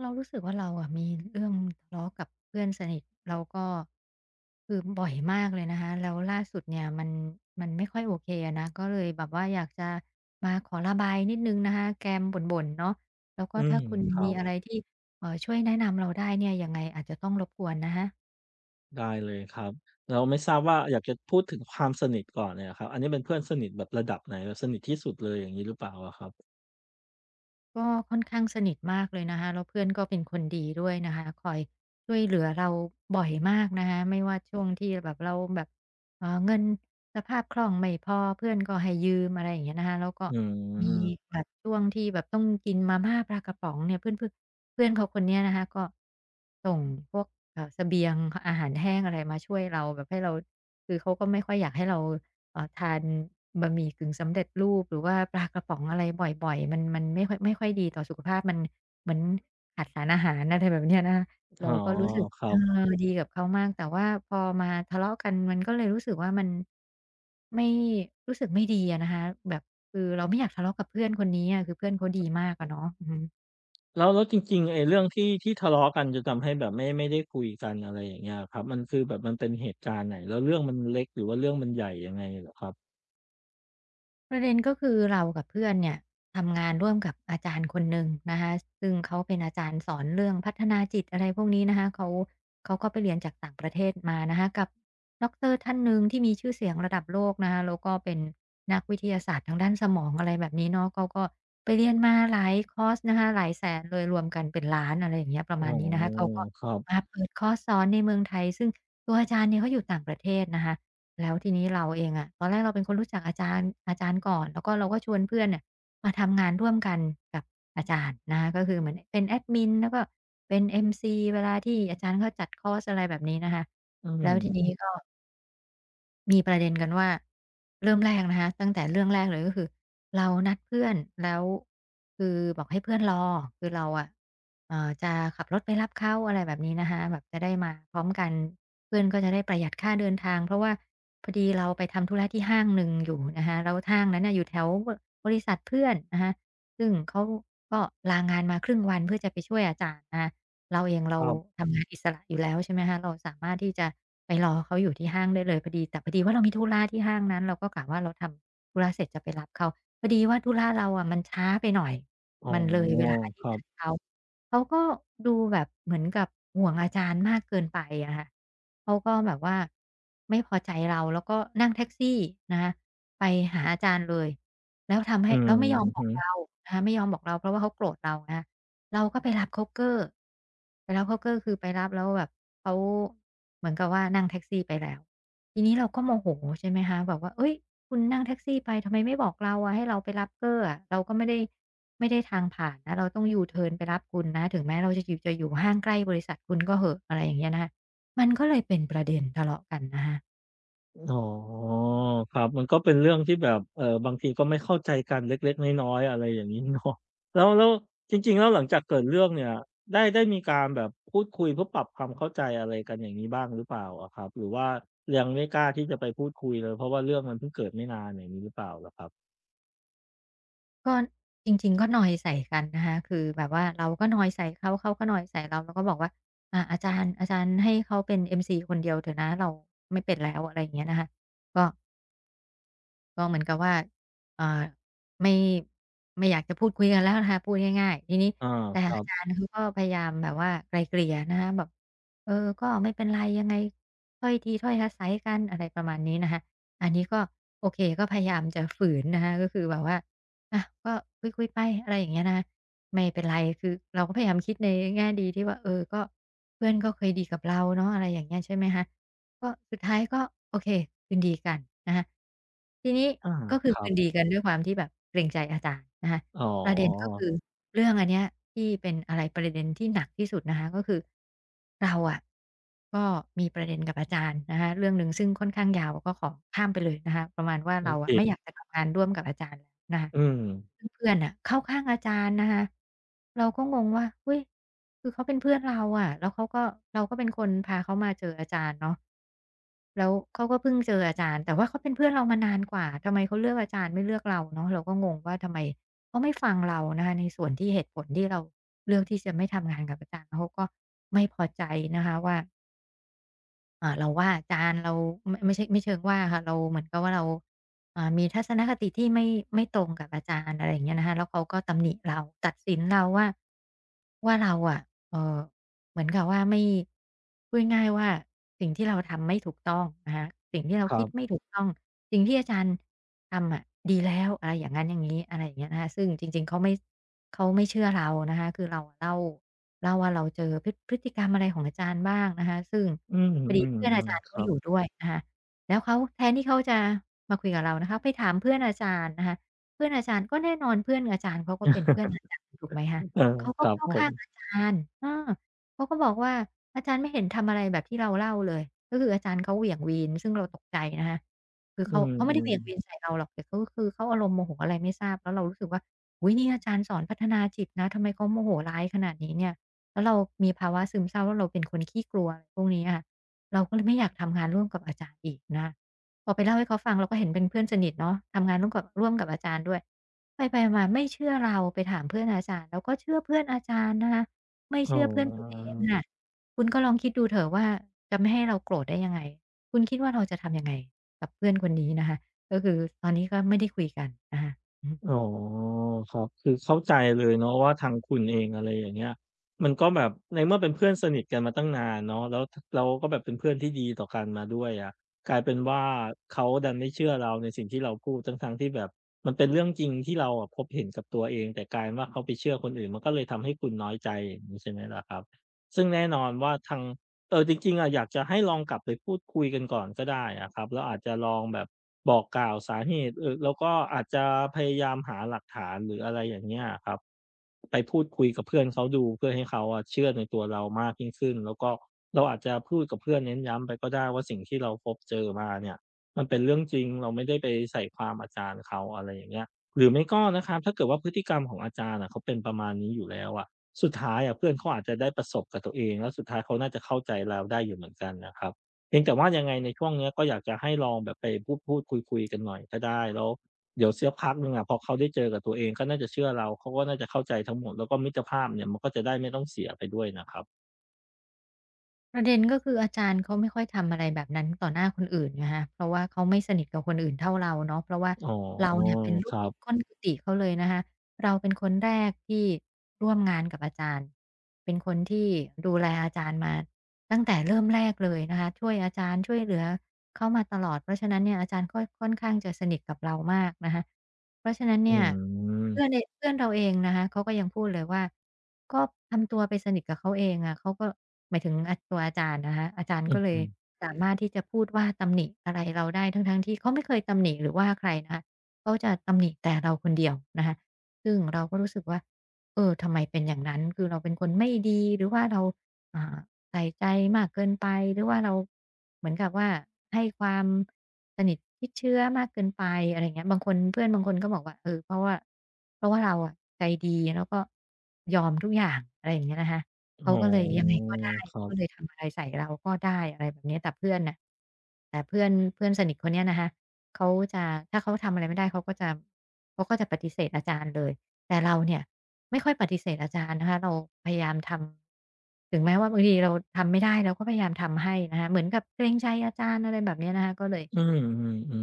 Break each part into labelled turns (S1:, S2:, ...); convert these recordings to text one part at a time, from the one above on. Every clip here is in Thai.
S1: เรารู้สึกว่าเราอะมีเรื่องทะเลาะกับเพื่อนสนิทเราก็คือบ่อยมากเลยนะคะแล้วล่าสุดเนี่ยมันไม่ค่อยโอเคอะนะก็เลยแบบว่าอยากจะมาขอระบายนิดนึงนะคะแกมบ่นๆเนาะแล้วก็
S2: อืม
S1: ถ้าคุณ
S2: ครั
S1: มีอะไร
S2: บ
S1: ที่ช่วยแนะนำเราได้เนี่ยยังไงอาจจะต้องรบกวนนะคะ
S2: ได้เลยครับแล้วไม่ทราบว่าอยากจะพูดถึงความสนิทก่อนเนี่ยครับอันนี้เป็นเพื่อนสนิทแบบระดับไหนแบบสนิทที่สุดเลยอย่างงี้หรือเปล่าอะครับ
S1: ก็ค่อนข้างสนิทมากเลยนะคะแล้วเพื่อนก็เป็นคนดีด้วยนะคะคอยช่วยเหลือเราบ่อยมากนะคะไม่ว่าช่วงที่แบบเราแบบเงินสภาพคล่องไม่พอเพื่อนก็ให้ยืมอะไรอย่างเงี้ยนะคะแล้วก็
S2: อื
S1: มี
S2: ม
S1: แบบช่วงที่แบบต้องกินมาม่าปลากระป๋องเนี่ยเพื่อนเพื่อนเพื่อนเขาคนเนี้ยนะคะก็ส่งพวกเสบียงอาหารแห้งอะไรมาช่วยเราแบบให้เราคือเขาก็ไม่ค่อยอยากให้เรา ทานบะหมี่กึ่งสำเร็จรูปหรือว่าปลากระป๋องอะไรบ่อยๆมันไม่ค่อยดีต่อสุขภาพมันเหมือนขาดสารอาหารอะไรแบบเนี้ยนะคะ
S2: อ๋อ
S1: เราก็รู้สึก
S2: ครั
S1: เออ
S2: บ
S1: ดีกับเขามากแต่ว่าพอมาทะเลาะกันมันก็เลยรู้สึกว่ามันไม่รู้สึกไม่ดีอะนะคะแบบคือเราไม่อยากทะเลาะกับเพื่อนคนนี้อะคือเพื่อนเขาดีมากอะเนาะอือฮึ
S2: แล้วจริงๆไอ้เรื่องที่ทะเลาะกันจนทำให้แบบไม่ได้คุยกันอะไรอย่างเงี้ยครับมันคือแบบมันเป็นเหตุการณ์ไหนแล้วเรื่องมันเล็กหรือว่าเรื่องมันใหญ่ยังไงเหรอครับ
S1: ประเด็นก็คือเรากับเพื่อนเนี่ยทำงานร่วมกับอาจารย์คนหนึ่งนะคะซึ่งเขาเป็นอาจารย์สอนเรื่องพัฒนาจิตอะไรพวกนี้นะคะเขาก็ไปเรียนจากต่างประเทศมานะคะกับด็อกเตอร์ท่านหนึ่งที่มีชื่อเสียงระดับโลกนะคะแล้วก็เป็นนักวิทยาศาสตร์ทางด้านสมองอะไรแบบนี้เนาะเขาก็ไปเรียนมาหลายคอร์สนะคะหลายแสนเลยรวมกันเป็นล้านอะไรอย่างเงี้ยประ
S2: อ๋
S1: มา
S2: อ
S1: ณนี้นะคอะเขาก็
S2: ครับ
S1: มาเปิดคอร์สสอนในเมืองไทยซึ่งตัวอาจารย์เนี่ยเขาอยู่ต่างประเทศนะคะ แล้วทีนี้เราเองอะตอนแรกเราเป็นคนรู้จักอาจารย์ก่อนแล้วก็เราก็ชวนเพื่อนเนี่ยมาทำงานร่วมกันกับอาจารย์นะคะก็คือเหมือนเป็นแอดมินแล้วก็เป็น MC เวลาที่อาจารย์เขาจัดคอร์สอะไรแบบนี้นะคะ
S2: อื
S1: แล้ว
S2: ม
S1: ทีนี้ก็ มีประเด็นกันว่าเริ่มแรกนะคะตั้งแต่เรื่องแรกเลยก็คือเรานัดเพื่อนแล้วคือบอกให้เพื่อนรอคือเราอะจะขับรถไปรับเขาอะไรแบบนี้นะคะแบบจะได้มาพร้อมกันเพื่อนก็จะได้ประหยัดค่าเดินทางเพราะว่าพอดีเราไปทำธุระที่ห้างหนึ่งอยู่นะคะแล้วห้างนั้นน่ะอยู่แถวบริษัทเพื่อนนะคะซึ่งเขาก็ลางานมาครึ่งวันเพื่อจะไปช่วยอาจารย์นะคะ เราเอง
S2: ค
S1: เรา
S2: รับ
S1: ทำงานอิสระอยู่แล้วใช่ไหมคะเราสามารถที่จะไปรอเขาอยู่ที่ห้างได้เลยพอดีแต่พอดีว่าเรามีธุระที่ห้างนั้นเราก็กะว่าเราทำธุระเสร็จจะไปรับเขาพอดีว่าธุระเราอะมันช้าไปหน่อย
S2: อ๋อ
S1: มันเลยเวลา
S2: ค
S1: ที่
S2: รั
S1: นั
S2: บ
S1: ดเขาเขาก็ดูแบบเหมือนกับห่วงอาจารย์มากเกินไปอะค่ะเขาก็แบบว่าไม่พอใจเราแล้วก็นั่งแท็กซี่นะคะไปหาอาจารย์เลยแล้วทำ
S2: อื
S1: ให้แล้วไม่ยอ
S2: อ
S1: มบ
S2: ฮึ
S1: อกเรานะคะไม่ยอมบอกเราเพราะว่าเขาโกรธเราไง เราก็ไปรับโจ๊กเกอร์ไปรับโจ๊กเกอร์คือไปรับแล้วแบบเขาเหมือนกับว่านั่งแท็กซี่ไปแล้วทีนี้เราก็โมโหใช่ไหมคะกว่าเฮ้ยคุณนั่งแท็กซี่ไปทำไมไม่บอกเราอะให้เราไปรับเกอร์อะเราก็ไม่ได้ไม่ได้ทางผ่านนะเราต้องยูเทิร์นไปรับคุณนะถึงแม้เราจะอยู่ห้างใกล้บริษัทคุณก็เหอะอะไรอย่างเงี้ยนะคะมันก็เลยเป็นประเด็นทะเลาะกันนะคะ
S2: อ๋อครับมันก็เป็นเรื่องที่แบบบางทีก็ไม่เข้าใจกันเล็กๆน้อยๆอะไรอย่างงี้เนาะ แล้วจริงๆแล้วหลังจากเกิดเรื่องเนี่ยได้มีการแบบพูดคุยเพื่อปรับความเข้าใจอะไรกันอย่างงี้บ้างหรือเปล่าอะครับหรือว่ายังไม่กล้าที่จะไปพูดคุยเลยเพราะว่าเรื่องมันเพิ่งเกิดไม่นานอย่างงี้หรือเปล่าเหรอครับ
S1: ก็จริงๆก็นอยใส่กันนะคะคือแบบว่าเราก็นอยใส่เขาเขาก็นอยใส่เราเราก็บอกว่าอ่าอาจารย์ให้เขาเป็น MC คนเดียวเถอะนะเราไม่เป็นแล้วอะไรอย่างเงี้ยนะคะก็ ก็เหมือนกับว่าเอ่อไม่ ไม่อยากจะพูดคุยกันแล้วนะคะ พูดง่ายๆทีนี้
S2: อา
S1: แต่
S2: ครั
S1: อาจาร
S2: บ
S1: ย์เขาก็พยายามแบบว่าไกล่เกลี่ยนะคะแบบเออก็ไม่เป็นไรยังไงถ้อยทีถ้อยอาศัยกันอะไรประมาณนี้นะคะอันนี้ก็โอเคก็พยายามจะฝืนนะคะก็คือแบบว่าอะก็คุยๆไปอะไรอย่างเงี้ยนะคะไม่เป็นไรคือเราก็พยายามคิดในแง่ดีที่ว่าเออก็เพื่อนก็เคยดีกับเราเนาะอะไรอย่างเงี้ยใช่ไหมคะ ก็สุดท้ายก็โอเคคืนดีกันนะคะทีนี้
S2: อา
S1: ก็คื
S2: ค
S1: อ
S2: รั
S1: คื
S2: บ
S1: นดีกันด้วยความที่แบบเกรงใจอาจารย์นะคะ
S2: อ๋อ
S1: ประเด็นก็คือเรื่องอันเนี้ยที่เป็นอะไรประเด็นที่หนักที่สุดนะคะก็คือเราอะก็มีประเด็นกับอาจารย์นะคะเรื่องหนึ่งซึ่งค่อนข้างยาวก็ขอข้ามไปเลยนะคะประมาณว่า
S2: โอ
S1: เราอะไม่อ
S2: เค
S1: ยากจะทำงานร่วมกับอาจารย์แล้วนะคะ
S2: อืม
S1: ซึ่งเพื่อนน่ะเข้าข้างอาจารย์นะคะเราก็งงว่าเฮ้ยคือเขาเป็นเพื่อนเราอะแล้วเขาก็เราก็เป็นคนพาเขามาเจออาจารย์เนาะแล้วเขาก็เพิ่งเจออาจารย์แต่ว่าเขาเป็นเพื่อนเรามานานกว่าทำไมเขาเลือกอาจารย์ไม่เลือกเราเนาะเราก็งงว่าทำไม เขาไม่ฟังเรานะคะในส่วนที่เหตุผลที่เราเลือกที่จะไม่ทำงานกับอาจารย์เขาก็ไม่พอใจนะคะว่าเราว่าอาจารย์เราไม่ใช่ไม่เชิงว่าค่ะเราเหมือนกับว่าเรามีทัศนคติที่ไม่ตรงกับอาจารย์อะไรอย่างเงี้ยนะคะแล้วเขาก็ตำหนิเราตัดสินเราว่าเราอะเอ่อเหมือนกับว่าไม่พูดง่ายๆว่าสิ่งที่เราทำไม่ถูกต้องนะคะสิ่งที่เรา
S2: ครั
S1: คิดไม่
S2: บ
S1: ถูกต้องสิ่งที่อาจารย์ทำอะดีแล้วอะไรอย่างงั้นอย่างงี้อะไรอย่างเงี้ยนะคะซึ่งจริงๆเขาไม่ เขาไม่เชื่อเรานะคะคือเราเล่าว่าเราเจอพฤติกรรมอะไรของอาจารย์บ้างนะคะซึ่ง
S2: อืม
S1: พอดีเพื่อนอา
S2: ๆ
S1: จาร
S2: ๆ
S1: ย์
S2: ค
S1: ก็
S2: รั
S1: อ
S2: บ
S1: ยู่ด้วยนะคะแล้วเขาแทนที่เขาจะมาคุยกับเรานะคะไปถามเพื่อนอาจารย์นะคะเพื่อนอาจารย์ก็แน่นอนเพื่อนอาจารย์เขาก็เป็นเพื่อนอาจารย์ถูกไหมคะ
S2: เออ
S1: เขา
S2: ค
S1: ก็
S2: รับ
S1: เข้า
S2: ผม
S1: ข้างอาจารย์เออเขาก็บอกว่าอาจารย์ไม่เห็นทำอะไรแบบที่เราเล่าเลยก็คืออาจารย์เขาเหวี่ยงวีนซึ่งเราตกใจนะคะคือ
S2: อื
S1: เขาไม่ได้เห
S2: ม
S1: วี่ยงวีน
S2: ๆ
S1: ใส่เราหรอกแต่ก็คือเขาอารมณ์โมโหอะไรไม่ทราบแล้วเรารู้สึกว่า อุ๊ยนี่อาจารย์สอนพัฒนาจิตนะทำไมเขาโมโหร้ายขนาดนี้เนี่ยแล้วเรามีภาวะซึมเศร้าแล้วเราเป็นคนขี้กลัวอะไรพวกนี้ค่ะเราก็เลยไม่อยากทำงานร่วมกับอาจารย์อีกนะคะพอไปเล่าให้เขาฟังเราก็เห็นเป็นเพื่อนสนิทเนาะทำงานร่วมกับอาจารย์ด้วยไปๆมาๆไม่เชื่อเราไปถามเพื่อนอาจารย์แล้วก็เชื่อเพื่อนอาจารย์นะคะไม่
S2: อ๋
S1: เชื่อเพื่อนตัวเอ
S2: อ
S1: งค่ะคุณก็ลองคิดดูเถอะว่าจะไม่ให้เราโกรธได้ยังไงคุณคิดว่าเราจะทำยังไงกับเพื่อนคนนี้นะคะก็คือตอนนี้ก็ไม่ได้คุยกันนะคะอือฮึ
S2: อ๋อครับคือเข้าใจเลยเนาะว่าทางคุณเองอะไรอย่างเงี้ยมันก็แบบในเมื่อเป็นเพื่อนสนิทกันมาตั้งนานเนาะแล้วก็แบบเป็นเพื่อนที่ดีต่อกันมาด้วยอะกลายเป็นว่าเขาดันไม่เชื่อเราในสิ่งที่เราพูดทั้งๆที่แบบมันเป็นเรื่องจริงที่เราอะพบเห็นกับตัวเองแต่กลายเป็นว่าเขาไปเชื่อคนอื่นมันก็เลยทำให้คุณน้อยใจอย่างงี้ใช่ไหมล่ะครับซึ่งแน่นอนว่าทาง เออจริงๆอะอยากจะให้ลองกลับไปพูดคุยกันก่อนก็ได้อะครับแล้วอาจจะลองแบบบอกกล่าวสาเหตุแล้วก็อาจจะพยายามหาหลักฐานหรืออะไรอย่างเงี้ยอะครับไปพูดคุยกับเพื่อนเขาดูเพื่อให้เขาอะเชื่อในตัวเรามากยิ่งขึ้นแล้วก็เราอาจจะพูดกับเพื่อนเน้นย้ำไปก็ได้ว่าสิ่งที่เราพบเจอมาเนี่ยมันเป็นเรื่องจริงเราไม่ได้ไปใส่ความอาจารย์เขาอะไรอย่างเงี้ยหรือไม่ก็นะครับถ้าเกิดว่าพฤติกรรมของอาจารย์อะเขาเป็นประมาณนี้อยู่แล้วอะ สุดท้ายอะเพื่อนเขาอาจจะได้ประสบกับตัวเองแล้วสุดท้ายเขาน่าจะเข้าใจเราได้อยู่เหมือนกันนะครับเพียงแต่ว่ายังไงในช่วงเนี้ยก็อยากจะให้ลองแบบไปพูดคุยๆกันหน่อยก็ได้แล้วเดี๋ยวเสียพักหนึ่งอะพอเขาได้เจอกับตัวเองก็น่าจะเชื่อเราเขาก็น่าจะเข้าใจทั้งหมดแล้วก็มิตรภาพเนี่ยมันก็จะได้ไม่ต้องเสียไปด้วยนะครับ
S1: ประเด็นก็คืออาจารย์เขาไม่ค่อยทำอะไรแบบนั้นต่อหน้าคนอื่นนะคะเพราะว่าเขาไม่สนิทกับคนอื่นเท่าเราเนาะเพราะว่า
S2: อ๋อ
S1: เราเนี่ยเป็น
S2: ค
S1: ลูก
S2: รั
S1: ศิษย์
S2: บ
S1: ก้นกุฏิเขาเลยนะคะเราเป็นคนแรกที่ร่วมงานกับอาจารย์เป็นคนที่ดูแลอาจารย์มาตั้งแต่เริ่มแรกเลยนะคะช่วยอาจารย์ช่วยเหลือ เขามาตลอด เพราะฉะนั้นเนี่ยอาจารย์ก็ค่อนข้างจะสนิทกับเรามากนะคะเพราะฉะนั้น
S2: อื
S1: เนี่ย
S2: ม
S1: เพื่อนเราเองนะคะเขาก็ยังพูดเลยว่าก็ทำตัวไปสนิทกับเขาเองอะเขาก็หมายถึงตัวอาจารย์นะคะอาจารย์
S2: อ
S1: ก็เล
S2: ือ
S1: ยสามารถที่จะพูดว่าตำหนิอะไรเราได้ทั้งๆที่เขาไม่เคยตำหนิหรือว่าใครนะคะเขาจะตำหนิแต่เราคนเดียวนะคะซึ่งเราก็รู้สึกว่าเออทำไมเป็นอย่างนั้นคือเราเป็นคนไม่ดีหรือว่าเราอ่า ใส่ใจมากเกินไปหรือว่าเราเหมือนกับว่าให้ความสนิทชิดเชื้อมากเกินไปอะไรเงี้ยบางคนเพื่อนบางคนก็บอกว่าเออเพราะว่าเราอะใจดีแล้วก็ยอมทุกอย่างอะไรอย่างเงี้ยนะคะ
S2: ๆ
S1: เขา
S2: อ๋อ
S1: ก็เลยยังไงก็ได้
S2: ค
S1: เขา
S2: รั
S1: ก็เล
S2: บ
S1: ยทำอะไรใส่เราก็ได้อะไรแบบเนี้ยแต่เพื่อนน่ะแต่เพื่อนเพื่อนสนิทคนเนี้ยนะคะเขาจะถ้าเขาทำอะไรไม่ได้เขาก็จะปฏิเสธอาจารย์เลย แต่เราเนี่ยไม่ค่อยปฏิเสธอาจารย์นะคะเราพยายามทำถึงแม้ว่าบางทีเราทำไม่ได้เราก็พยายามทำให้นะคะเหมือนกับเกรงใจอาจารย์อะไรแบบเนี้ยนะคะก็เลย
S2: อื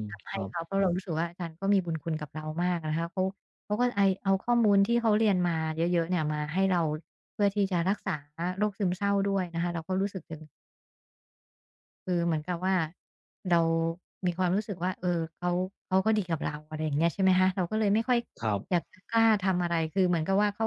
S2: มๆๆ
S1: ทำ
S2: ค
S1: ให้
S2: รับ
S1: เขาเพราะเรารู้สึกว่าอาจารย์ก็มีบุญคุณกับเรามากนะคะเขาก็ไอเอาข้อมูลที่เขาเรียนมาเยอะๆเนี่ยมาให้เราเพื่อที่จะรักษาโรคซึมเศร้าด้วยนะคะเราก็รู้สึกถึง คือเหมือนกับว่าเรามีความรู้สึกว่าเออเขาเขาก็ดีกับเราอะไรอย่างเงี้ยใช่ไหมคะเราก็เลยไม่ค่อย
S2: ครับ
S1: อยากจะกล้าทำอะไร คือเหมือนกับว่าเขา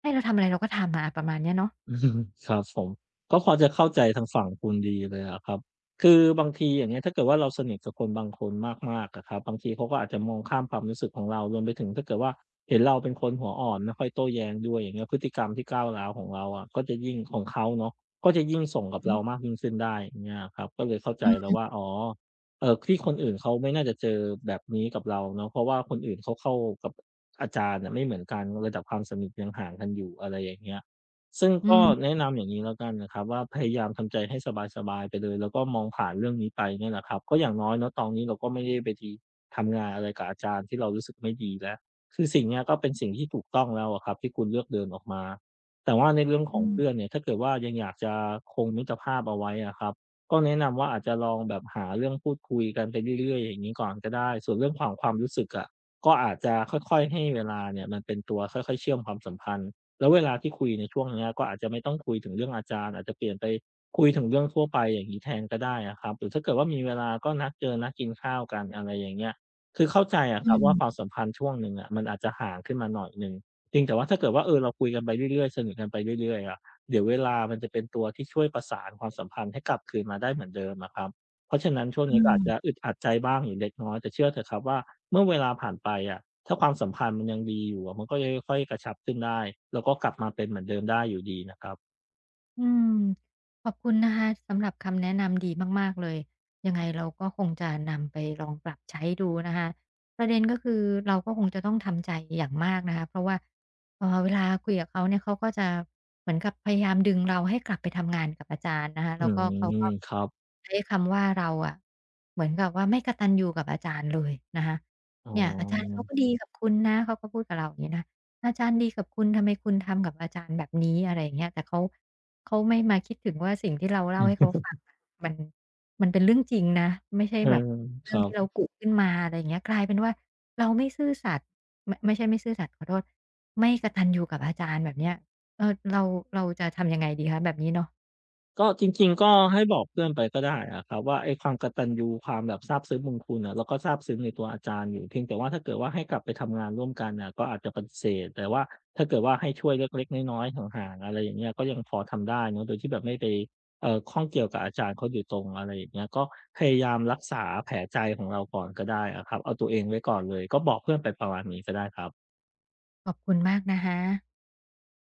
S1: ให้เราทำอะไรเราก็ทำอะแบบเนี้ยเนาะ
S2: อืมครับผมก็พอจะเข้าใจทางฝั่งคุณดีเลยอะครับคือบางทีอย่างเงี้ยถ้าเกิดว่าเราสนิทกับคนบางคนมากๆอะครับบางทีเขาก็อาจจะมองข้ามความรู้สึกของเรารวมไปถึงถ้าเกิดว่าเห็นเราเป็นคนหัวอ่อนไม่ค่อยโต้แย้งด้วยอย่างเงี้ยพฤติกรรมที่ก้าวร้าวของเราอะก็จะยิ่งของเขาเนาะก็จะยิ่งส่ง
S1: อือ
S2: กับ
S1: ฮึ
S2: เรามากยิ่งขึ้นได้อย่างเงี้ยอะครับก็เลยเข้าใจแล้ว
S1: อืม
S2: ว่าอ๋อที่คนอื่นเขาไม่น่าจะเจอแบบนี้กับเราเนาะเพราะว่าคนอื่นเขาเข้ากับอาจารย์น่ะไม่เหมือนกันระดับความสนิทยังห่างกันอยู่อะไรอย่างเงี้ย ซึ่ง
S1: อื
S2: ก็
S1: ม
S2: แนะนำอย่างนี้แล้วกันนะครับว่าพยายามทำใจให้สบายๆไปเลยแล้วก็มองผ่านเรื่องนี้ไปเนี่ยแหละครับก็อย่างน้อยเนาะตอนนี้เราก็ไม่ได้ไปทีทำงานอะไรกับอาจารย์ที่เรารู้สึกไม่ดีแล้วคือสิ่งเนี้ยก็เป็นสิ่งที่ถูกต้องแล้วอะครับที่คุณเลือกเดินออกมาแต่ว่าในเรื่องขอ
S1: อื
S2: ง
S1: ม
S2: เพื่อนเนี่ยถ้าเกิดว่ายังอยากจะคงมิตรภาพเอาไว้อะครับก็แนะนำว่าอาจจะลองแบบหาเรื่องพูดคุยกันไปเรื่อยๆอย่างนี้ก่อนก็ได้ส่วนเรื่องของความรู้สึกอะก็อาจจะค่อยๆให้เวลาเนี่ยมันเป็นตัวค่อยๆเชื่อมความสัมพันธ์ แล้วเวลาที่คุยในช่วงเนี้ยก็อาจจะไม่ต้องคุยถึงเรื่องอาจารย์อาจจะเปลี่ยนไปคุยถึงเรื่องทั่วไปอย่างงี้แทนก็ได้อะครับหรือถ้าเกิดว่ามีเวลาก็นัดเจอนัดกินข้าวกันอะไรอย่างเงี้ยคือเข้าใจอะค
S1: อื
S2: รับว่าความ
S1: ม
S2: สัมพันธ์ช่วงหนึ่งอะมันอาจจะห่างขึ้นมาหน่อยหนึ่งเพียงแต่ว่าถ้าเกิดว่าเออเราคุยกันไปเรื่อยๆสนิทกันไปเรื่อยๆอะเดี๋ยวเวลามันจะเป็นตัวที่ช่วยประสานความสัมพันธ์ให้กลับคืนมาได้เหมือนเดิมอะครับ เพราะฉะนั้นช่วงนี้ก็อาจจะอึดอัดใจบ้างอยู่เล็กน้อยแต่เชื่อเถอะครับว่าเมื่อเวลาผ่านไปอะถ้าความสัมพันธ์มันยังดีอยู่อะมันก็จะค่อยๆกระชับขึ้นได้แล้วก็กลับมาเป็นเหมือนเดิมได้อยู่ดีนะครับ
S1: อืมขอบคุณนะคะสำหรับคำแนะนำดีมากๆเลยยังไงเราก็คงจะนำไปลองปรับใช้ดูนะคะประเด็นก็คือเราก็คงจะต้องทำใจอย่างมากนะคะเพราะว่าเวลาคุยกับเขาเนี่ยเขาก็จะเหมือนกับพยายามดึงเราให้กลับไปทำงานกับอาจารย์นะคะ
S2: อื
S1: แล้วก็เขาก็
S2: มครับ
S1: ใช้คำว่าเราอะเหมือนกับว่าไม่กตัญญูกับอาจารย์เลยนะคะ
S2: อ๋
S1: เนี่ยอาจารย์
S2: อ
S1: เขาก็ดีกับคุณนะเขาก็พูดกับเราอย่างงี้นะอาจารย์ดีกับคุณทำไมคุณทำกับอาจารย์แบบนี้อะไรอย่างเงี้ยแต่เขา เขาไม่มาคิดถึงว่าสิ่งที่เราเล่าให้เขาฟังอะมันมันเป็นเรื่องจริงนะไม่ใช่
S2: อื
S1: แบบ
S2: มค
S1: เรื่อง
S2: รั
S1: ที่เรา
S2: บ
S1: กุขึ้นมาอะไรอย่างเงี้ยกลายเป็นว่าเราไม่ซื่อสัตย์ไม่ใช่ไม่ซื่อสัตย์ขอโทษไม่กตัญญูกับอาจารย์แบบเนี้ยเออเราเราจะทำยังไงดีคะแบบนี้เนาะ
S2: ก็จริงๆก็ให้บอกเพื่อนไปก็ได้อะครับว่าไอ้ความกตัญญูความแบบซาบซึ้งบุญคุณน่ะเราก็ซาบซึ้งในตัวอาจารย์อยู่เพียงแต่ว่าถ้าเกิดว่าให้กลับไปทำงานร่วมกันน่ะก็อาจจะปฏิเสธแต่ว่าถ้าเกิดว่าให้ช่วยเล็กๆน้อยๆห่างๆอะไรอย่างเงี้ยก็ยังพอทำได้เนาะโดยที่แบบไม่ไปข้องเกี่ยวกับอาจารย์เขาโดยตรงอะไรอย่างเงี้ยก็พยายามรักษาแผลใจของเราก่อนก็ได้อะครับเอาตัวเองไว้ก่อนเลยก็บอกเพื่อนไปประมาณนี้ก็ได้ครับ
S1: ขอบคุณมากนะคะ